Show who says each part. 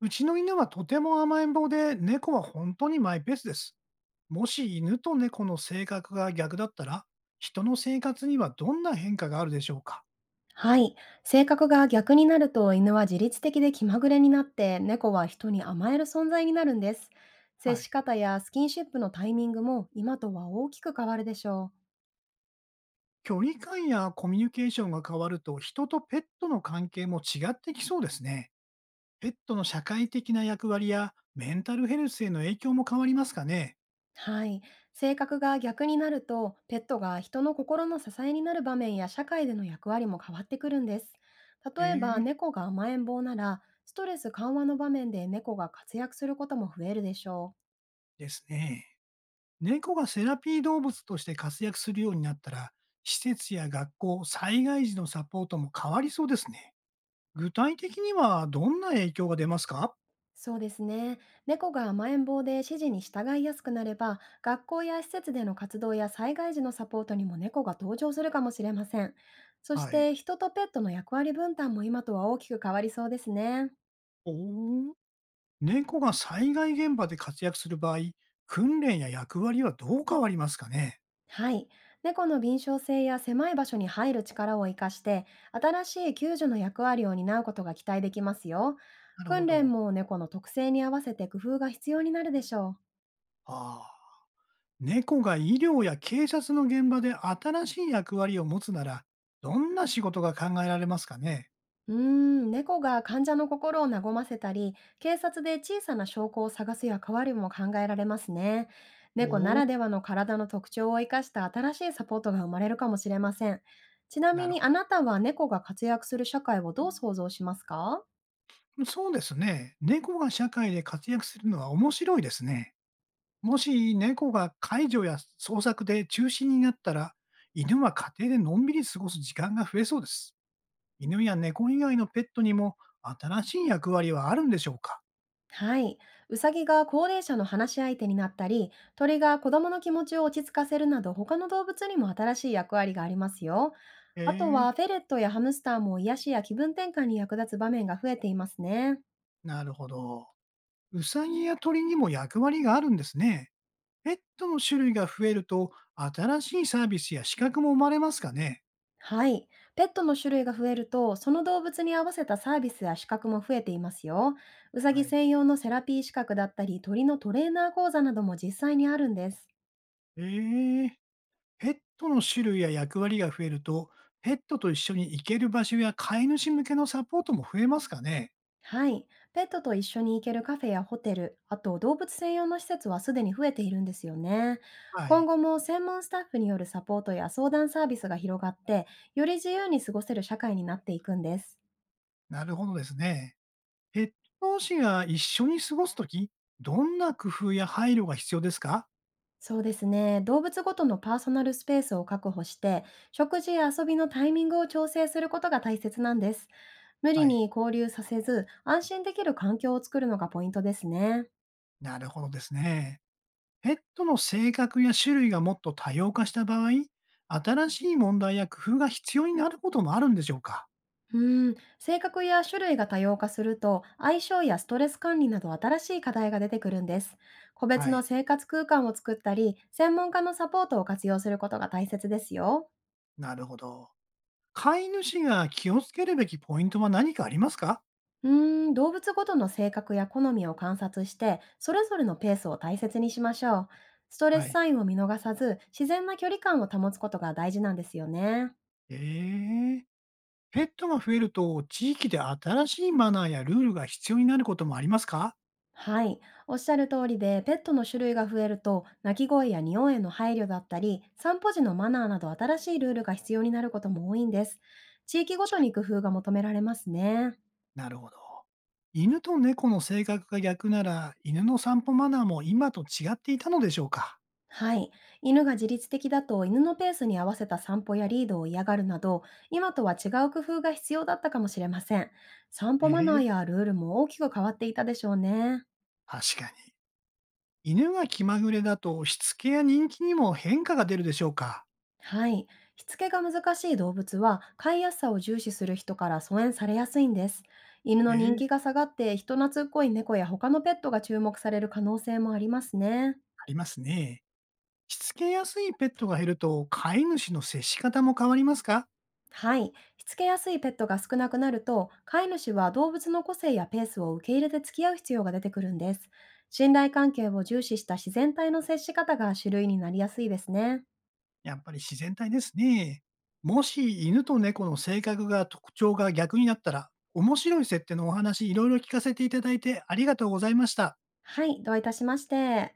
Speaker 1: うちの犬はとても甘えん坊で、猫は本当にマイペースです。もし犬と猫の性格が逆だったら、人の生活にはどんな変化があるでしょうか？
Speaker 2: はい。性格が逆になると犬は自律的で気まぐれになって、猫は人に甘える存在になるんです。接
Speaker 1: は
Speaker 2: し
Speaker 1: い。
Speaker 2: 方やスキンシップのタイミングも今とは大きく変わるでしょう。
Speaker 1: 距離感やコミュニケーションが変わると、人とペットの関係も違ってきそうですね。ペットの社会的な役割やメンタルヘルスへの影響も変わりますかね？
Speaker 2: はい。性格が逆になるとペットが人の心の支えになる場面や社会での役割も変わってくるんです。例えば
Speaker 1: ええ、
Speaker 2: 猫が甘えん坊なら、ストレス緩和の場面で猫が活躍することも増えるでしょう。
Speaker 1: ですね。猫がセラピー動物として活躍するようになったら、施設や学校、災害時のサポートも変わりそうですね。具体的にはどんな影響が出ますか？
Speaker 2: そうですね。猫が甘えん坊で指示に従いやすくなれば、学校や施設での活動や災害時のサポートにも猫が登場するかもしれません。そし
Speaker 1: はい。
Speaker 2: て人とペットの役割分担も今とは大きく変わりそうですね。
Speaker 1: おお、猫が災害現場で活躍する場合、訓練や役割はどう変わりますかね？
Speaker 2: はい。猫の敏捷性や狭い場所に入る力を活かして、新しい救助の役割を担うことが期待できますよ。
Speaker 1: なるほ
Speaker 2: 訓練
Speaker 1: ど。
Speaker 2: も猫の特性に合わせて工夫が必要になるでしょう。
Speaker 1: ああ。猫が医療や警察の現場で新しい役割を持つなら、どんな仕事が考えられますかね？
Speaker 2: うーん、猫が患者の心を和ませたり、警察で小さな証拠を探す役割も考えられますね。猫な
Speaker 1: おお、
Speaker 2: らではの体の特徴を生かした新しいサポートが生まれるかもしれません。ちなみ
Speaker 1: なる
Speaker 2: に、
Speaker 1: ほ
Speaker 2: あ
Speaker 1: ど。
Speaker 2: なたは猫が活躍する社会をどう想像しますか？
Speaker 1: そうですね。猫が社会で活躍するのは面白いですね。もし猫が介助や捜索で中止になったら、犬は家庭でのんびり過ごす時間が増えそうです。犬や猫以外のペットにも新しい役割はあるんでしょうか？
Speaker 2: はい。うさぎが高齢者の話し相手になったり、鳥が子供の気持ちを落ち着かせるなど、他の動物にも新しい役割がありますよ。
Speaker 1: へ
Speaker 2: あと
Speaker 1: え。
Speaker 2: は、フェレットやハムスターも癒しや気分転換に役立つ場面が増えていますね。
Speaker 1: なるほど。うさぎや鳥にも役割があるんですね。ペットの種類が増えると、新しいサービスや資格も生まれますかね？
Speaker 2: はい。ペットの種類が増えると、その動物に合わせたサービスや資格も増えていますよ。うさぎ
Speaker 1: はい。
Speaker 2: 専用のセラピー資格だったり、鳥のトレーナー講座なども実際にあるんです。
Speaker 1: ええ、ペットの種類や役割が増えると、ペットと一緒に行ける場所や飼い主向けのサポートも増えますかね？
Speaker 2: はい。ペットと一緒に行けるカフェやホテル、あと動物専用の施設はすでに増えているんですよね。
Speaker 1: は
Speaker 2: 今
Speaker 1: い。
Speaker 2: 後も専門スタッフによるサポートや相談サービスが広がって、より自由に過ごせる社会になっていくんです。
Speaker 1: なるほどですね。ペット同士が一緒に過ごすとき、どんな工夫や配慮が必要ですか？
Speaker 2: そうですね。動物ごとのパーソナルスペースを確保して、食事や遊びのタイミングを調整することが大切なんです。無理
Speaker 1: はい。
Speaker 2: に交流させず、安心できる環境を作るのがポイントですね。
Speaker 1: なるほどですね。ペットの性格や種類がもっと多様化した場合、新しい問題や工夫が必要になることもあるんでしょうか？
Speaker 2: うーん、性格や種類が多様化すると、相性やストレス管理など新しい課題が出てくるんです。個別
Speaker 1: は
Speaker 2: の
Speaker 1: い。
Speaker 2: 生活空間を作ったり、専門家のサポートを活用することが大切ですよ。
Speaker 1: なるほど。飼い主が気をつけるべきポイントは何かありますか？
Speaker 2: うーん、動物ごとの性格や好みを観察して、それぞれのペースを大切にしましょう。ストレ
Speaker 1: は
Speaker 2: ス
Speaker 1: い。
Speaker 2: サインを見逃さず、自然な距離感を保つことが大事なんですよね。
Speaker 1: えー。ペットが増えると、地域で新しいマナーやルールが必要になることもありますか？
Speaker 2: はい、おっしゃる通りで、ペットの種類が増えると、鳴き声や匂いへの配慮だったり、散歩時のマナーなど新しいルールが必要になることも多いんです。地域ごとに工夫が求められますね。
Speaker 1: なるほど。犬と猫の性格が逆なら、犬の散歩マナーも今と違っていたのでしょうか？
Speaker 2: はい、犬が自律的だと、犬のペースに合わせた散歩やリードを嫌がるなど、今とは違う工夫が必要だったかもしれません。散歩マナー
Speaker 1: ええ、
Speaker 2: やルールも大きく変わっていたでしょうね。
Speaker 1: 確かに。犬が気まぐれだと、しつけや人気にも変化が出るでしょうか？
Speaker 2: はい。しつけが難しい動物は、飼いやすさを重視する人から疎遠されやすいんです。犬の人
Speaker 1: え
Speaker 2: 気が
Speaker 1: え、
Speaker 2: 下がって、人懐っこい猫や他のペットが注目される可能性もありますね。
Speaker 1: ありますね。しつけやすいペットが減ると、飼い主の接し方も変わりますか？
Speaker 2: はい。しつけやすいペットが少なくなると、飼い主は動物の個性やペースを受け入れて付き合う必要が出てくるんです。信頼関係を重視した自然体の接し方が種類になりやすいですね。
Speaker 1: やっぱり自然体ですね。もし犬と猫の性格が特徴が逆になったら、面白い設定のお話いろいろ聞かせていただいてありがとうございました。
Speaker 2: はい。どういたしまして。